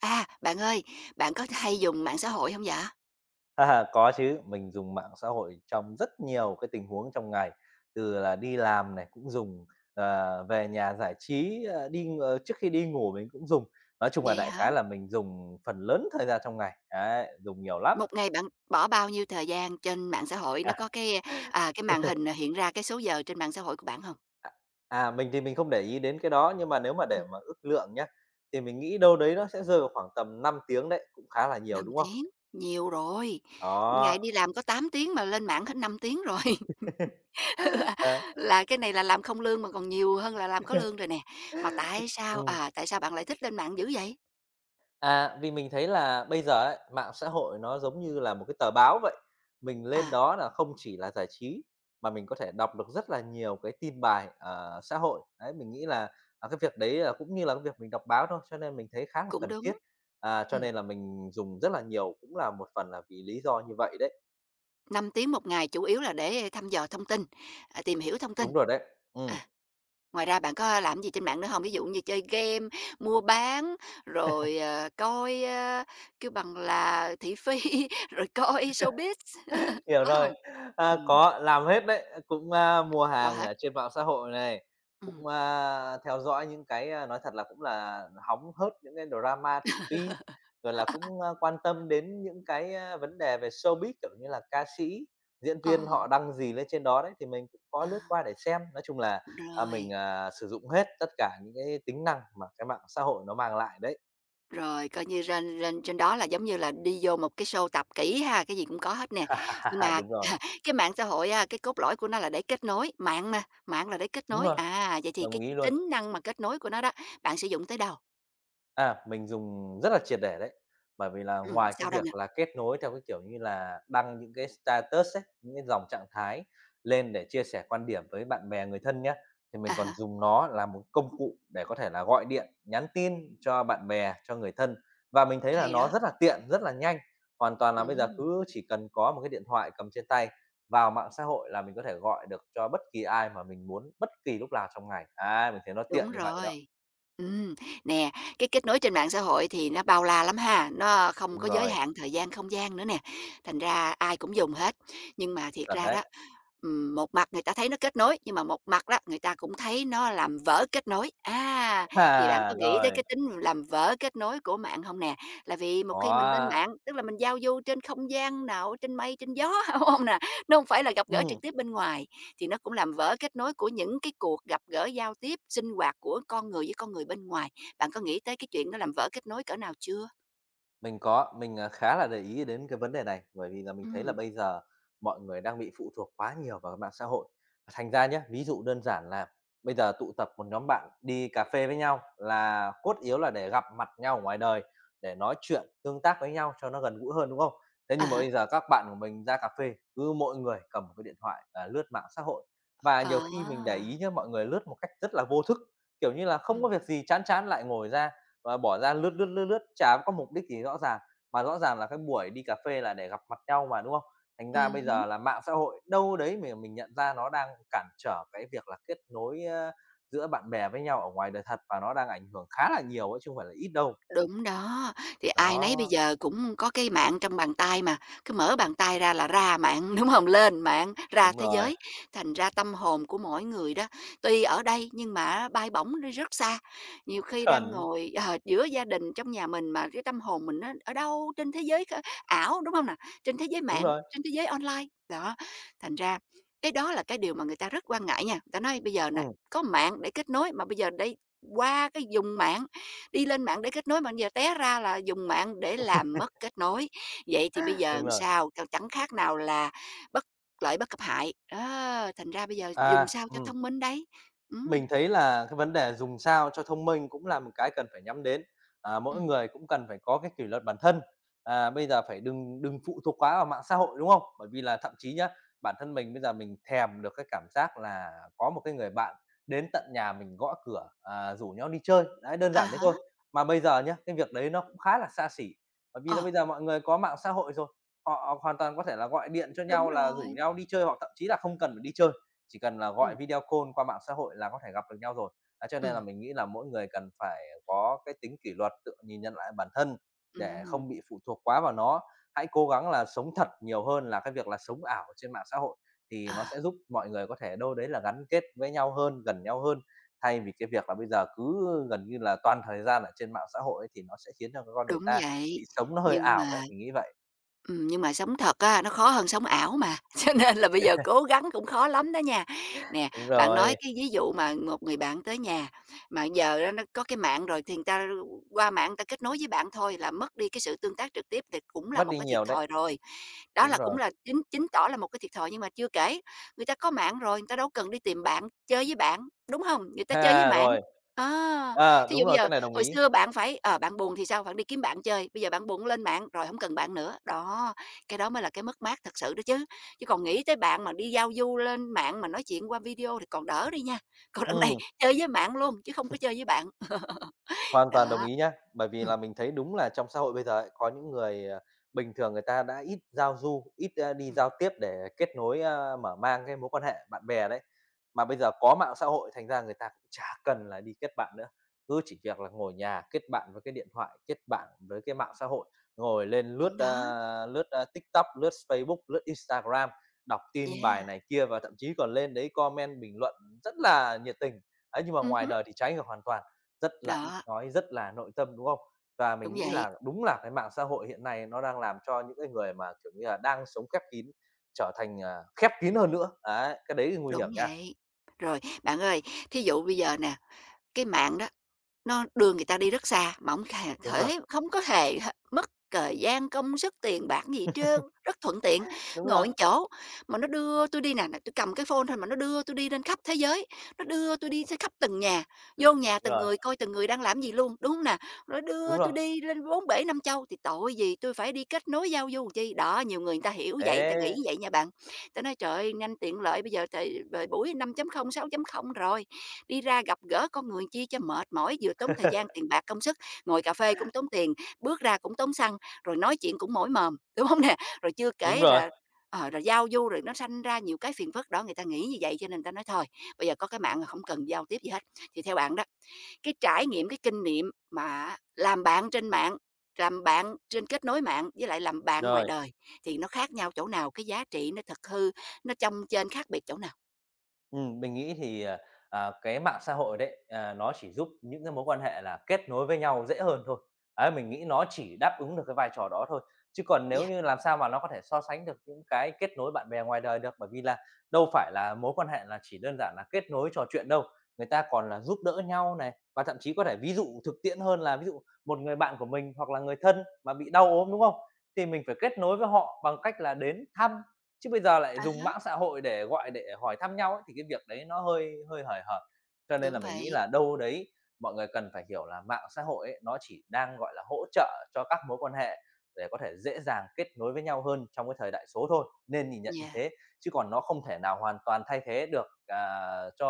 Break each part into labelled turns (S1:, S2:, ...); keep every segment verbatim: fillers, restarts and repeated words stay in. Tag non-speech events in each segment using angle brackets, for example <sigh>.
S1: À, bạn ơi, bạn có hay dùng mạng xã hội không dạ?
S2: À, có chứ, mình dùng mạng xã hội trong rất nhiều cái tình huống trong ngày, từ là đi làm này cũng dùng, ờ, về nhà giải trí, ờ, đi ng ờ, trước khi đi ngủ mình cũng dùng. Nói chung là
S1: Vậy
S2: đại
S1: hả?
S2: khái là mình dùng phần lớn thời gian trong ngày, đấy, dùng nhiều lắm.
S1: Một ngày bạn bỏ bao nhiêu thời gian trên mạng xã hội? Nó có cái, à, cái màn hình hiện ra cái số giờ trên mạng xã hội của bạn không?
S2: À, à, mình thì mình không để ý đến cái đó, nhưng mà nếu mà để
S1: Ừm.
S2: mà ước lượng nhá, thì mình nghĩ đâu đấy nó sẽ rơi vào khoảng tầm năm tiếng đấy, cũng khá là nhiều,
S1: năm
S2: đúng không?
S1: tiếng, nhiều rồi. Ngày
S2: Đó.
S1: đi làm có tám tiếng mà lên mạng hết năm tiếng rồi.
S2: <laughs>
S1: <laughs> Là
S2: Ờ.
S1: là cái này là làm không lương mà còn nhiều hơn là làm có lương rồi nè. Mà tại sao,
S2: Ừm.
S1: à, tại sao bạn lại thích lên mạng dữ vậy?
S2: À, vì mình thấy là bây giờ ấy, mạng xã hội nó giống như là một cái tờ báo vậy. Mình lên
S1: À,
S2: đó là không chỉ là giải trí mà mình có thể đọc được rất là nhiều cái tin bài, ờ, xã hội. Đấy, mình nghĩ là, à, cái việc đấy là cũng như là cái việc mình đọc báo thôi, cho nên mình thấy khá là
S1: cũng
S2: cần
S1: đúng.
S2: thiết. À, cho
S1: Ừm.
S2: nên là mình dùng rất là nhiều, cũng là một phần là vì lý do như vậy đấy.
S1: Năm tiếng một ngày chủ yếu là để thăm dò thông tin, à, tìm hiểu thông tin.
S2: Đúng rồi đấy. ừ
S1: À, ngoài ra bạn có làm gì trên mạng nữa không? Ví dụ như chơi game, mua bán, rồi, ờ, coi, ơ, kêu bằng là thị phi, <laughs> rồi coi showbiz, <laughs>
S2: Hiểu
S1: có
S2: rồi.
S1: không?
S2: À,
S1: Ừm,
S2: có, làm hết đấy, cũng, a, mua
S1: có
S2: hàng
S1: hết,
S2: ở trên mạng xã hội này,
S1: ừm,
S2: cũng, a, theo dõi những cái, a, nói thật là cũng là hóng hớt những cái drama thị phi, rồi là cũng, a, quan tâm đến những cái, a, vấn đề về showbiz, kiểu như là, ca sĩ, diễn viên
S1: ờ,
S2: họ đăng gì lên trên đó đấy, thì mình cũng có
S1: ờ,
S2: lướt qua để xem. Nói chung là, à, mình,
S1: rồi,
S2: à, sử dụng hết tất cả những cái tính năng mà cái mạng xã hội nó mang lại đấy.
S1: rồi coi như trên rên trên đó là giống như là đi vô một cái show tập kỹ ha, cái gì cũng có hết nè. Nhưng
S2: <laughs>
S1: mà
S2: Đúng rồi,
S1: cái mạng xã hội á, cái cốt lõi của nó là để kết nối, mạng mà, mạng là để kết
S2: Đúng
S1: nối.
S2: rồi.
S1: À, vậy thì
S2: đồng
S1: cái
S2: ý luôn.
S1: tính năng mà kết nối của nó đó, bạn sử dụng tới đâu?
S2: À, mình dùng rất là triệt để đấy. Bởi vì là
S1: Ừm,
S2: ngoài cái
S1: sao đâu nè?
S2: việc là kết nối theo cái kiểu như là đăng những cái status ấy, những cái dòng trạng thái lên để chia sẻ quan điểm với bạn bè, người thân nhé, thì
S1: À
S2: mình còn
S1: há,
S2: dùng nó là một công cụ để có thể là gọi điện, nhắn tin cho bạn bè, cho người thân. Và mình thấy là
S1: hay
S2: nó
S1: đó.
S2: rất là tiện, rất là nhanh. Hoàn toàn là bây giờ
S1: Ừm,
S2: cứ chỉ cần có một cái điện thoại cầm trên tay, vào mạng xã hội là mình có thể gọi được cho bất kỳ ai mà mình muốn bất kỳ lúc nào trong ngày. À, mình thấy nó tiện
S1: đúng
S2: như vậy đó.
S1: rồi. Ừm, nè, cái kết nối trên mạng xã hội thì nó bao la lắm ha, nó không
S2: Đúng
S1: có giới
S2: rồi,
S1: hạn thời gian, không gian nữa nè, thành ra ai cũng dùng hết. Nhưng mà thiệt
S2: chuẩn
S1: ra
S2: đấy.
S1: đó, ừm, một mặt người ta thấy nó kết nối, nhưng mà một mặt đó, người ta cũng thấy nó làm vỡ kết nối. À, thì bạn
S2: À,
S1: có nghĩ tới
S2: rồi,
S1: cái tính làm vỡ kết nối của mạng không nè? Là vì một khi mình lên
S2: có,
S1: mạng, tức là mình giao du trên không gian nào, trên mây, trên gió, <laughs> đúng hông nè? Nó không phải là gặp gỡ
S2: ừ.
S1: trực tiếp bên ngoài, thì nó cũng làm vỡ kết nối của những cái cuộc gặp gỡ giao tiếp, sinh hoạt của con người với con người bên ngoài. Bạn có nghĩ tới cái chuyện nó làm vỡ kết nối cỡ nào chưa?
S2: Mình có, mình, à, khá là để ý đến cái vấn đề này, bởi vì là mình thấy là
S1: Ừm,
S2: bây giờ mọi người đang bị phụ thuộc quá nhiều vào mạng xã hội. Thành ra nhé ví dụ đơn giản là bây giờ tụ tập một nhóm bạn đi cà phê với nhau là cốt yếu là để gặp mặt nhau ở ngoài đời, để nói chuyện, tương tác với nhau cho nó gần gũi hơn, đúng không? Thế
S1: à
S2: nhưng mà
S1: há,
S2: bây giờ các bạn của mình ra cà phê, cứ mỗi người cầm một cái điện thoại, à, lướt mạng xã hội. Và nhiều khi mình để
S1: à,
S2: ý nhé mọi người lướt một cách rất là vô thức, kiểu như là,
S1: ừ
S2: không có việc gì chán chán lại ngồi ra và bỏ ra lướt, lướt, lướt, lướt, chả có mục đích gì rõ ràng, mà rõ ràng là cái buổi đi cà phê là để gặp mặt nhau mà, đúng không? Thành ra bây
S1: ừm.
S2: giờ là mạng xã hội đâu đấy mình mình nhận ra nó đang cản trở cái việc là kết nối, ơ, giữa bạn bè với nhau ở ngoài đời thật và nó đang ảnh hưởng khá là nhiều ấy chứ không phải là ít đâu.
S1: Đúng đó, thì ai nấy bây
S2: Đó,
S1: giờ cũng có cái mạng trong bàn tay mà, cứ mở bàn tay ra là ra mạng, <laughs> đúng không? Lên mạng, ra
S2: đúng
S1: thế
S2: rồi,
S1: giới. Thành ra tâm hồn của mỗi người đó, tuy ở đây nhưng mà bay bổng đi rất xa. Nhiều khi đang
S2: chuẩn,
S1: ngồi, ờ, giữa gia đình trong nhà mình mà cái tâm hồn mình nó ở đâu trên thế giới kha ảo, đúng không nè? Trên thế giới
S2: đúng
S1: mạng,
S2: rồi,
S1: trên thế giới online. Đó, thành ra cái đó là cái điều mà người ta rất quan ngại nha. Người ta nói bây giờ nè,
S2: ừm,
S1: có mạng để kết nối mà bây giờ đây qua cái dùng mạng, đi lên mạng để kết nối mà giờ té ra là dùng mạng để làm mất kết nối. Vậy thì bây giờ
S2: đúng rồi.
S1: sao? Ch chẳng khác nào là bất lợi bất cập hại, đó, thành ra bây giờ dùng
S2: À,
S1: sao cho
S2: ừm.
S1: thông minh đấy. Ừm.
S2: Mình thấy là cái vấn đề dùng sao cho thông minh cũng là một cái cần phải nhắm đến. À, mỗi
S1: Ừm.
S2: người cũng cần phải có cái kỷ luật bản thân. À, bây giờ phải đừng đừng phụ thuộc quá vào mạng xã hội, đúng không? Bởi vì là thậm chí nhá, bản thân mình bây giờ mình thèm được cái cảm giác là có một cái người bạn đến tận nhà mình gõ cửa, à, rủ nhau đi chơi, đấy, đơn
S1: À
S2: giản thế
S1: há,
S2: thôi. Mà bây giờ nhá, cái việc đấy nó cũng khá là xa xỉ, bởi vì là
S1: ờ,
S2: bây giờ mọi người có mạng xã hội rồi, họ hoàn toàn có thể là gọi điện cho
S1: đúng
S2: nhau là rủ
S1: rồi.
S2: nhau đi chơi, hoặc thậm chí là không cần phải đi chơi. Chỉ cần là gọi
S1: Ừm,
S2: video call qua mạng xã hội là có thể gặp được nhau rồi. Á, cho nên
S1: ừm,
S2: là mình nghĩ là mỗi người cần phải có cái tính kỷ luật, tự nhìn nhận lại bản thân để
S1: ừm,
S2: không bị phụ thuộc quá vào nó. Hãy cố gắng là sống thật nhiều hơn là cái việc là sống ảo trên mạng xã hội, thì
S1: ờ,
S2: nó sẽ giúp mọi người có thể đâu đấy là gắn kết với nhau hơn, gần nhau hơn, thay vì cái việc là bây giờ cứ gần như là toàn thời gian ở trên mạng xã hội ấy, thì nó sẽ khiến cho con người
S1: đúng
S2: ta
S1: vậy,
S2: bị sống nó hơi
S1: nhưng
S2: ảo
S1: mà
S2: đấy, mình nghĩ vậy.
S1: ừm, nhưng mà sống thật á, nó khó hơn sống ảo mà, <laughs> cho nên là bây giờ cố gắng cũng khó lắm đó nha. Nè,
S2: Đúng
S1: bạn nói
S2: rồi,
S1: cái ví dụ mà một người bạn tới nhà, mà giờ á nó có cái mạng rồi thì người ta qua mạng người ta kết nối với bạn thôi là mất đi cái sự tương tác trực tiếp thì cũng là
S2: mất
S1: một
S2: đi
S1: cái thiệt
S2: nhiều đấy.
S1: thòi rồi. Đó
S2: Đúng
S1: là cũng
S2: rồi.
S1: là chính chứng tỏ là một cái thiệt thòi, nhưng mà chưa kể, người ta có mạng rồi, người ta đâu cần đi tìm bạn, chơi với bạn, đúng không? Người ta chơi với
S2: Ha,
S1: mạng.
S2: rồi.
S1: Á,
S2: À,
S1: thí dụ
S2: đúng
S1: bây
S2: rồi,
S1: giờ
S2: cái này đồng
S1: hồi
S2: ý.
S1: xưa bạn phải ờ, bạn buồn thì sao? Bạn đi kiếm bạn chơi, bây giờ bạn buồn lên mạng rồi không cần bạn nữa. Đó, cái đó mới là cái mất mát thật sự đó chứ. Chứ còn nghĩ tới bạn mà đi giao du lên mạng mà nói chuyện qua video thì còn đỡ đi nha, còn đằng này
S2: Ừm.
S1: <laughs> chơi với mạng luôn chứ không có chơi với bạn. <laughs>
S2: Hoàn toàn đồng
S1: Đó,
S2: ý nhá. Bởi vì
S1: ừm,
S2: là mình thấy đúng là trong xã hội bây giờ ấy, có những người, ờ, bình thường người ta đã ít giao du, ít, a, đi
S1: ừm,
S2: giao tiếp để kết nối, a, mở mang cái mối quan hệ bạn bè đấy. Mà bây giờ có mạng xã hội thành ra người ta cũng chả cần là đi kết bạn nữa, cứ chỉ việc là ngồi nhà kết bạn với cái điện thoại, kết bạn với cái mạng xã hội, ngồi lên lướt,
S1: đúng đó,
S2: a, lướt, a, TikTok, lướt Facebook, lướt Instagram, đọc tin
S1: yeah,
S2: bài này kia và thậm chí còn lên đấy comment bình luận rất là nhiệt tình. Ấy, nhưng mà
S1: ừm
S2: ngoài
S1: hứm,
S2: đời thì trái ngược hoàn toàn rất là ít
S1: đó,
S2: nói, rất là nội tâm, đúng không? Và mình
S1: đúng
S2: nghĩ
S1: vậy,
S2: là đúng là cái mạng xã hội hiện nay nó đang làm cho những cái người mà, kiểu như là, đang sống khép kín trở thành, à, khép kín hơn nữa. Đấy, cái đấy thì nguy
S1: đúng
S2: hiểm nha.
S1: vậy. Rồi, bạn ơi, thí dụ bây giờ nè cái mạng đó, nó đưa người ta đi rất xa mà hổng hề
S2: Đúng rồi,
S1: thể không có hề h mất thời gian, công sức, tiền bạc gì hết trơn, rất thuận tiện.
S2: đúng
S1: Ngồi
S2: rồi,
S1: một chỗ mà nó đưa tôi đi nè, nè, tui cầm cái phone thôi mà nó đưa tôi đi lên khắp thế giới, nó đưa tôi đi tới khắp từng nhà, vô nhà
S2: đúng
S1: từng
S2: rồi,
S1: người coi từng người đang làm gì luôn, đúng hông nè? Rồi
S2: đúng
S1: đưa tôi
S2: rồi.
S1: đi lên bốn bể năm châu, thì tội gì tôi phải đi kết nối giao du làm chi? Đó, nhiều người người ta hiểu vậy, người ta nghĩ
S2: Thế
S1: vậy nha bạn. Tớ nói: "Trời ơi, nhanh tiện lợi bây giờ thời thời buổi năm chấm không sáu chấm không rồi, đi ra gặp gỡ con người chi cho mệt mỏi, vừa tốn thời gian,
S2: <laughs>
S1: tiền bạc, công sức, ngồi cà phê cũng tốn tiền, bước ra cũng tốn xăng, rồi nói chuyện cũng mỏi mồm", đúng không nè? Rồi chưa
S2: đúng
S1: kể
S2: rồi,
S1: là, ờ, rồi giao du rồi nó sanh ra nhiều cái phiền phức đó, người ta nghĩ như vậy cho nên người ta nói: "Thôi, bây giờ có cái mạng là không cần giao tiếp gì hết." Thì theo bạn đó cái trải nghiệm, cái kinh nghiệm mà làm bạn trên mạng, làm bạn trên kết nối mạng với lại làm bạn ngoài
S2: rồi.
S1: đời thì nó khác nhau chỗ nào? Cái giá trị nó thật hư, nó trong trên khác biệt chỗ nào?
S2: Ừm, mình nghĩ thì, ờ, ờ, cái mạng xã hội đấy, ờ, nó chỉ giúp những cái mối quan hệ là kết nối với nhau dễ hơn thôi. Ấy, mình nghĩ nó chỉ đáp ứng được cái vai trò đó thôi, chứ còn nếu
S1: Yeah,
S2: như làm sao mà nó có thể so sánh được những cái kết nối bạn bè ngoài đời được, bởi vì là đâu phải là mối quan hệ là chỉ đơn giản là kết nối trò chuyện đâu, người ta còn là giúp đỡ nhau này, và thậm chí có thể ví dụ thực tiễn hơn là ví dụ một người bạn của mình hoặc là người thân mà bị đau ốm, đúng không? Thì mình phải kết nối với họ bằng cách là đến thăm. Chứ bây giờ lại
S1: à
S2: dùng
S1: há,
S2: mạng xã hội để gọi để hỏi thăm nhau ấy, thì cái việc đấy nó hơi hơi hời hợt. Cho nên là
S1: đúng
S2: mình nghĩ
S1: vậy,
S2: là đâu đấy mọi người cần phải hiểu là mạng xã hội ấy, nó chỉ đang, gọi là, hỗ trợ cho các mối quan hệ để có thể dễ dàng kết nối với nhau hơn trong cái thời đại số thôi, nên nhìn nhận như
S1: yeah,
S2: thế, chứ còn nó không thể nào hoàn toàn thay thế được, à, cho,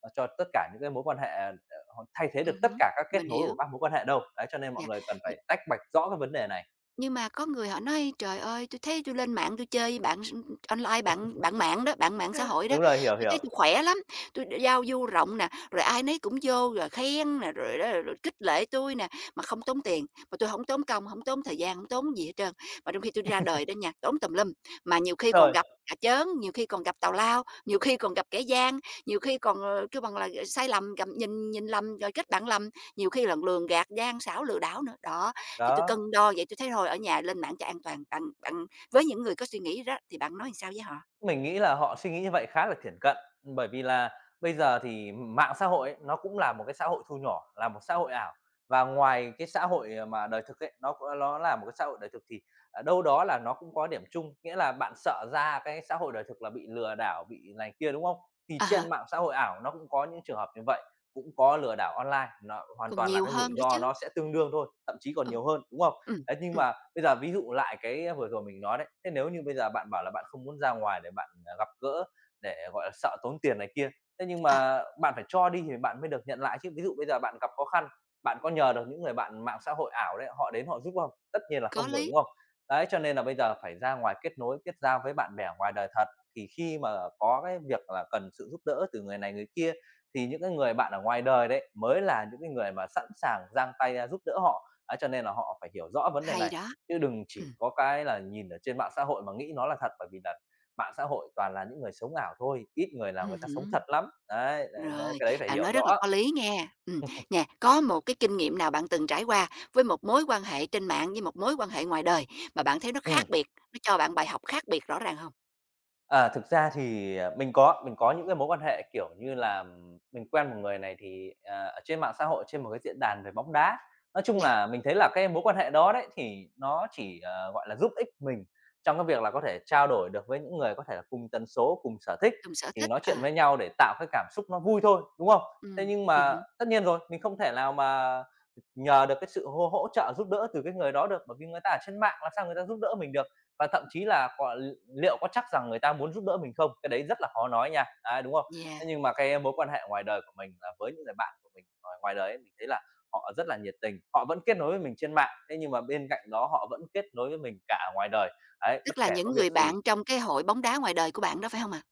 S2: ờ, cho tất cả những cái mối quan hệ, à, ờ, thay thế được
S1: ừm
S2: tất
S1: hứm,
S2: cả các kết
S1: mình
S2: nối của
S1: hiểu,
S2: các mối quan hệ đâu. Đấy, cho nên mọi
S1: yeah.
S2: người cần phải tách bạch rõ cái vấn đề này.
S1: Nhưng mà có người họ nói: "Trời ơi, tôi thấy tôi lên mạng tôi chơi với bạn s online, bạn bạn mạng đó, bạn mạng xã hội đó,
S2: Đúng rồi, hiểu,
S1: tôi thấy
S2: hiểu.
S1: tôi khỏe lắm, tôi đ giao du rộng nè, rồi ai nấy cũng vô rồi khen nè, rồi đó rồi khích lệ tôi nè, mà không tốn tiền, mà tôi không tốn công, không tốn thời gian, không tốn gì hết trơn. Mà trong khi tôi ra đời đó nha, tốn tùm lum, mà nhiều khi còn
S2: Rồi,
S1: gặp cả chớn, nhiều khi còn gặp tào lao, nhiều khi còn gặp kẻ gian, nhiều khi còn, ờ, kêu bằng là, ờ, sai lầm, gặp nhìn nhìn lầm rồi kết bạn lầm, nhiều khi là lường gạt, gian xảo, lừa đảo nữa." Đó, thì tôi
S2: đó.
S1: cân đo vậy tôi thấy thôi ở nhà lên mạng cho an toàn, bạn bạn với những người có suy nghĩ đó thì bạn nói làm sao với họ?
S2: Mình nghĩ là họ suy nghĩ như vậy khá là thiển cận, bởi vì là bây giờ thì mạng xã hội ấy, nó cũng là một cái xã hội thu nhỏ, là một xã hội ảo. Và ngoài cái xã hội, ờ, mà đời thực ấy, nó cũng ló là một cái xã hội đời thực thì, à, đâu đó là nó cũng có điểm chung, nghĩa là bạn sợ ra cái xã hội đời thực là bị lừa đảo, bị này kia, đúng không? Thì
S1: À há,
S2: trên mạng xã hội ảo nó cũng có những trường hợp như vậy, cũng có lừa đảo online, nó hoàn
S1: còn
S2: toàn là
S1: nhiều
S2: cái rủi
S1: hơn nữa
S2: ro
S1: chứ.
S2: nó sẽ tương đương thôi, thậm chí còn
S1: Ừ.
S2: nhiều hơn, đúng không?
S1: Ừm,
S2: Đấy, nhưng
S1: ừm,
S2: mà Bây giờ ví dụ lại cái vừa rồi mình nói đấy, thế nếu như bây giờ bạn bảo là bạn không muốn ra ngoài để bạn, à, gặp gỡ, để, gọi là, sợ tốn tiền này kia, thế nhưng
S1: ờ,
S2: mà bạn phải cho đi thì bạn mới được nhận lại chứ. Ví dụ bây giờ bạn gặp khó khăn, bạn có nhờ được những người bạn mạng xã hội ảo đấy, họ đến họ giúp không? Tất nhiên là
S1: có
S2: không rồi,
S1: lý,
S2: đúng không? Đấy, cho nên là bây giờ phải ra ngoài kết nối, kết giao với bạn bè ngoài đời thật, thì khi mà có cái việc là cần sự giúp đỡ từ người này người kia, thì những cái người bạn ở ngoài đời đấy mới là những cái người mà sẵn sàng giang tay ra giúp đỡ họ. Đấy, cho nên là họ phải hiểu rõ vấn đề
S1: hay
S2: này.
S1: đó.
S2: Chứ đừng
S1: Ừm,
S2: chỉ có cái là nhìn ở trên mạng xã hội mà nghĩ nó là thật, bởi vì là mạng xã hội toàn là những người sống ảo thôi, ít người là
S1: ừm
S2: người ta sống
S1: hứm.
S2: thật lắm. Đấy, đấy, đấy,
S1: Rồi,
S2: cái đấy phải
S1: bạn
S2: hiểu
S1: nói rất là
S2: rõ.
S1: có lý nghe. Ừm, nè, có một cái kinh nghiệm nào bạn từng trải qua với một mối quan hệ trên mạng với một mối quan hệ ngoài đời mà bạn thấy nó khác
S2: Ừm.
S1: biệt, nó cho bạn bài học khác biệt rõ ràng không?
S2: À, thực ra thì, à, mình có, mình có những cái mối quan hệ, kiểu như là, mình quen một người này thì, ờ, ở trên mạng xã hội, trên một cái diễn đàn về bóng đá. Nói chung
S1: Yeah,
S2: là mình thấy là cái mối quan hệ đó đấy thì nó chỉ, ờ, gọi là, giúp ích mình trong cái việc là có thể trao đổi được với những người có thể là cùng tần số, cùng sở thích,
S1: cùng sở
S2: thì
S1: thích,
S2: nói chuyện với
S1: à,
S2: nhau để tạo cái cảm xúc nó vui thôi, đúng không? Thế
S1: ừm,
S2: nhưng
S1: ừm
S2: mà
S1: hứm.
S2: tất nhiên rồi, mình không thể nào mà nhờ được cái sự hô hỗ trợ giúp đỡ từ cái người đó được, bởi vì người ta ở trên mạng làm sao người ta giúp đỡ mình được và thậm chí là còn liệu có chắc rằng người ta muốn giúp đỡ mình không? Cái đấy rất là khó nói nha, đấy, đúng không?
S1: Yeah,
S2: Thế nhưng mà cái mối quan hệ ngoài đời của mình là với những người bạn của mình ở ngoài đời ấy, mình thấy là họ rất là nhiệt tình, họ vẫn kết nối với mình trên mạng, thế nhưng mà bên cạnh đó họ vẫn kết nối với mình cả ở ngoài đời, đấy, bất
S1: tức là
S2: kể
S1: những
S2: có việc
S1: người bạn
S2: gì.
S1: trong cái hội bóng đá ngoài đời của bạn đó, phải không ạ?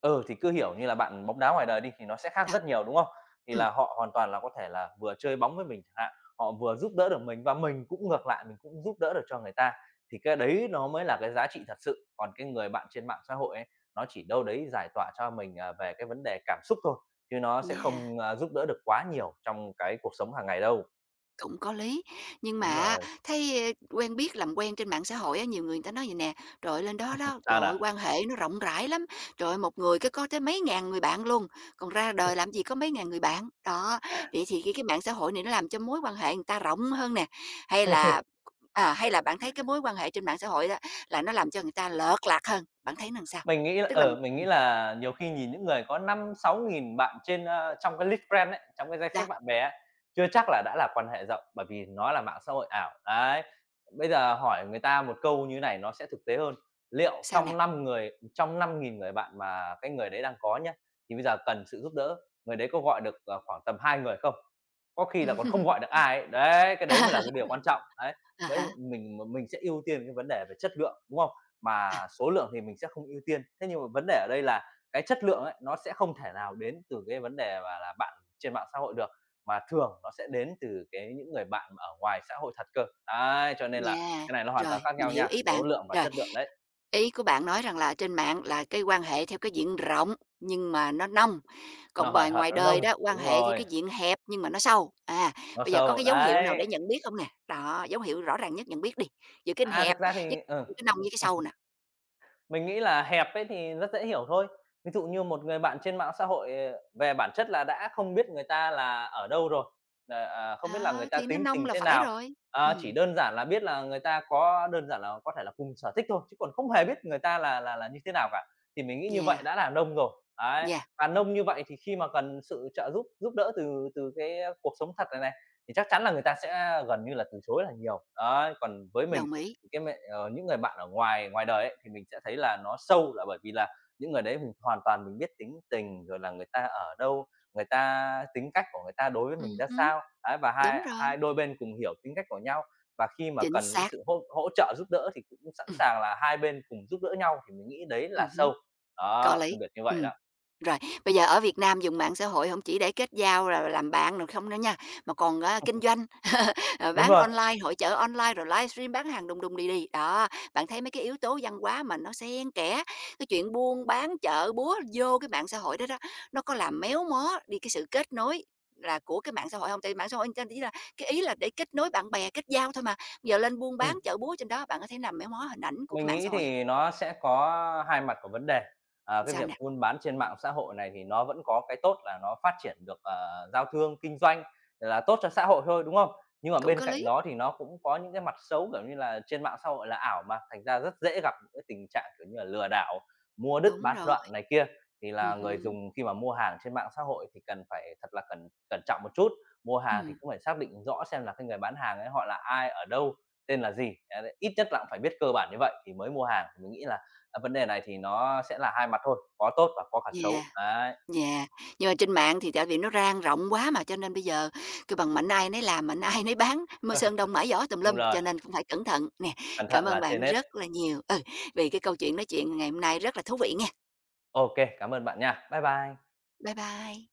S2: Ừ, thì cứ hiểu như là bạn bóng đá ngoài đời đi thì nó sẽ khác
S1: Ờ.
S2: rất nhiều, đúng không? Thì
S1: Ừm,
S2: là họ hoàn toàn là có thể là vừa chơi bóng với mình chẳng hạn, họ vừa giúp đỡ được mình và mình cũng ngược lại, mình cũng giúp đỡ được cho người ta. Thì cái đấy nó mới là cái giá trị thật sự, còn cái người bạn trên mạng xã hội ấy, nó chỉ đâu đấy giải tỏa cho mình, à, về cái vấn đề cảm xúc thôi, chứ nó sẽ
S1: yeah,
S2: không, a, giúp đỡ được quá nhiều trong cái cuộc sống hàng ngày đâu.
S1: cũng có lý. Nhưng mà
S2: Đúng
S1: á,
S2: rồi.
S1: thấy, ơ, quen biết làm quen trên mạng xã hội á, nhiều người người ta nói vầy nè: "Trời ơi, lên đó đó, trời
S2: Sao
S1: ơi,
S2: nào?
S1: quan hệ nó rộng rãi lắm, trời ơi, một người cái có tới mấy ngàn người bạn luôn, còn ra đời làm gì có mấy ngàn người bạn." Đó, vậy thì cái cái mạng xã hội này nó làm cho mối quan hệ người ta rộng hơn nè, hay là à, hay là bạn thấy cái mối quan hệ trên mạng xã hội đó là nó làm cho người ta lợt lạc hơn? Bạn thấy làm sao?
S2: Mình nghĩ là
S1: Tức là
S2: ở mình nghĩ
S1: ừm,
S2: là nhiều khi nhìn những người có năm sáu nghìn bạn trên, a, trong cái list friend ấy, trong cái danh
S1: đó,
S2: sách bạn bè ấy, chưa chắc là đã là quan hệ rộng, bởi vì nó là mạng xã hội ảo, đấy. Bây giờ hỏi người ta một câu như này nó sẽ thực tế hơn, liệu
S1: sao nè?
S2: trong năm người trong năm nghìn người bạn mà cái người đấy đang có nhá, thì bây giờ cần sự giúp đỡ, người đấy có gọi được, ờ, khoảng tầm hai người không? Có khi là còn không gọi được
S1: <laughs>
S2: ai ấy, đấy, cái đấy mới là cái điều quan trọng, đấy.
S1: À
S2: Đấy,
S1: há.
S2: mình mình sẽ ưu tiên cái vấn đề về chất lượng, đúng không? Mà số lượng thì mình sẽ không ưu tiên. Thế nhưng mà vấn đề ở đây là cái chất lượng ấy, nó sẽ không thể nào đến từ cái vấn đề mà là bạn trên mạng xã hội được, mà thường nó sẽ đến từ cái những người bạn mà ở ngoài xã hội thật cơ. Đấy, cho nên là
S1: Nha
S2: cái này nó hoàn
S1: rồi,
S2: toàn khác
S1: mình
S2: nhau
S1: hiểu
S2: nha,
S1: ý
S2: số
S1: bạn.
S2: lượng và
S1: Rồi,
S2: chất lượng đấy,
S1: ý của bạn nói rằng là trên mạng là cái quan hệ theo cái diện rộng nhưng mà nó nông,
S2: nó
S1: còn
S2: hời
S1: bề
S2: hợt,
S1: ngoài
S2: nó
S1: đời
S2: nông.
S1: đó, quan
S2: Đúng
S1: hệ theo
S2: rồi,
S1: cái diện hẹp nhưng mà nó sâu. À,
S2: nó
S1: bây giờ có
S2: sâu,
S1: cái dấu hiệu nào
S2: đấy.
S1: để nhận biết không nè? Đó, dấu hiệu rõ ràng nhất nhận biết đi, giữa cái
S2: À,
S1: hẹp
S2: thực ra
S1: với
S2: thì ừ. Ừ.
S1: cái nông với cái sâu nè.
S2: Mình nghĩ là hẹp ấy thì rất dễ hiểu thôi. Ví dụ như một người bạn trên mạng xã hội, ờ, về bản chất là đã không biết người ta là ở đâu rồi, ờ, ờ, không biết là người
S1: Ờ,
S2: ta
S1: thì nó
S2: tính
S1: nông
S2: tình
S1: là
S2: thế
S1: phải
S2: nào,
S1: rồi.
S2: ờ, chỉ
S1: Ừm,
S2: đơn giản là biết là người ta có đơn giản là có thể là cùng sở thích thôi, chứ còn không hề biết người ta là là là như thế nào cả. Thì mình nghĩ như
S1: yeah,
S2: vậy đã là nông rồi, đấy.
S1: yeah,
S2: Và nông như vậy thì khi mà cần sự trợ giúp giúp đỡ từ từ cái cuộc sống thật này này, thì chắc chắn là người ta sẽ gần như là từ chối là nhiều. Đấy, còn với mình
S1: đồng ý.
S2: cái mẹ ờ, những người bạn ở ngoài ngoài đời ấy, thì mình sẽ thấy là nó sâu là bởi vì là những người đấy mình hoàn toàn mình biết tính tình, rồi là người ta ở đâu, người ta tính cách của người ta đối với
S1: Ừm
S2: mình ra
S1: hứm,
S2: sao, ấy, và
S1: đúng
S2: hai
S1: rồi,
S2: hai đôi bên cùng hiểu tính cách của nhau. Và khi mà
S1: chính
S2: cần cái
S1: xác.
S2: sự hỗ hỗ trợ giúp đỡ thì cũng sẵn
S1: Ừm,
S2: sàng là hai bên cùng giúp đỡ nhau, thì mình nghĩ đấy là
S1: ừm hứm,
S2: sâu.
S1: có
S2: Đó,
S1: lý.
S2: công việc như vậy
S1: Ừm.
S2: đó.
S1: Rồi, bây giờ ở Việt Nam dùng mạng xã hội không chỉ để kết giao rồi làm bạn rồi không nữa nha, mà còn, à, kinh
S2: <laughs>
S1: doanh, <laughs> ờ,
S2: Đúng
S1: bán
S2: rồi.
S1: online, hội chợ online, rồi livestream bán hàng đùng đùng đi đi. Đó, bạn thấy mấy cái yếu tố văn hóa mà nó xen kẽ, cái chuyện buôn bán chợ búa vô cái mạng xã hội đó đó, nó có làm méo mó đi cái sự kết nối là của cái mạng xã hội không? Tại vì mạng xã hội người chỉ là cái ý là để kết nối bạn bè, kết giao thôi mà, giờ lên buôn bán
S2: Ừm.
S1: chợ búa trên đó, bạn có thấy làm méo mó hình ảnh của cái
S2: Mình
S1: mạng
S2: nghĩ
S1: xã hội không?
S2: thì nó sẽ có hai mặt của vấn đề. Ờ, cái
S1: Sao
S2: việc
S1: nè?
S2: buôn bán trên mạng xã hội này thì nó vẫn có cái tốt là nó phát triển được, ờ, giao thương, kinh doanh là tốt cho xã hội thôi, đúng không? Nhưng mà
S1: Cũng
S2: bên
S1: có
S2: cạnh
S1: lý.
S2: đó thì nó cũng có những cái mặt xấu, kiểu như là, trên mạng xã hội là ảo mà, thành ra rất dễ gặp những cái tình trạng, kiểu như là, lừa đảo, mua đứt
S1: Đúng
S2: bán
S1: rồi,
S2: đoạn này kia. Thì
S1: ừ
S2: là người
S1: hứm,
S2: dùng khi mà mua hàng trên mạng xã hội thì cần phải thật là cẩn cẩn trọng một chút, mua hàng thì
S1: ừm.
S2: cũng phải xác định rõ xem là cái người bán hàng ấy họ là ai, ở đâu, tên là gì? Đấy, ít nhất là cũng phải biết cơ bản như vậy thì mới mua hàng, thì mình nghĩ là, à, vấn đề này thì nó sẽ là hai mặt thôi, có tốt và có cả
S1: Yeah,
S2: xấu. Đấy,
S1: yeah. Nhưng mà trên mạng thì tại vì nó rang rộng quá mà, cho nên bây giờ kêu bằng mạnh ai nấy làm, mạnh ai nấy bán, mơ sơn đông mãi
S2: <laughs>
S1: giỏ tùm
S2: đúng
S1: lum,
S2: rồi,
S1: cho nên cũng phải cẩn thận nè.
S2: cẩn
S1: Cảm
S2: thận
S1: ơn
S2: là
S1: bạn
S2: trên hết.
S1: rất là nhiều, ừ, vì cái câu chuyện nói chuyện ngày hôm nay rất là thú vị nha.
S2: OK, cảm ơn bạn nha. Bye bye.
S1: Bye bye.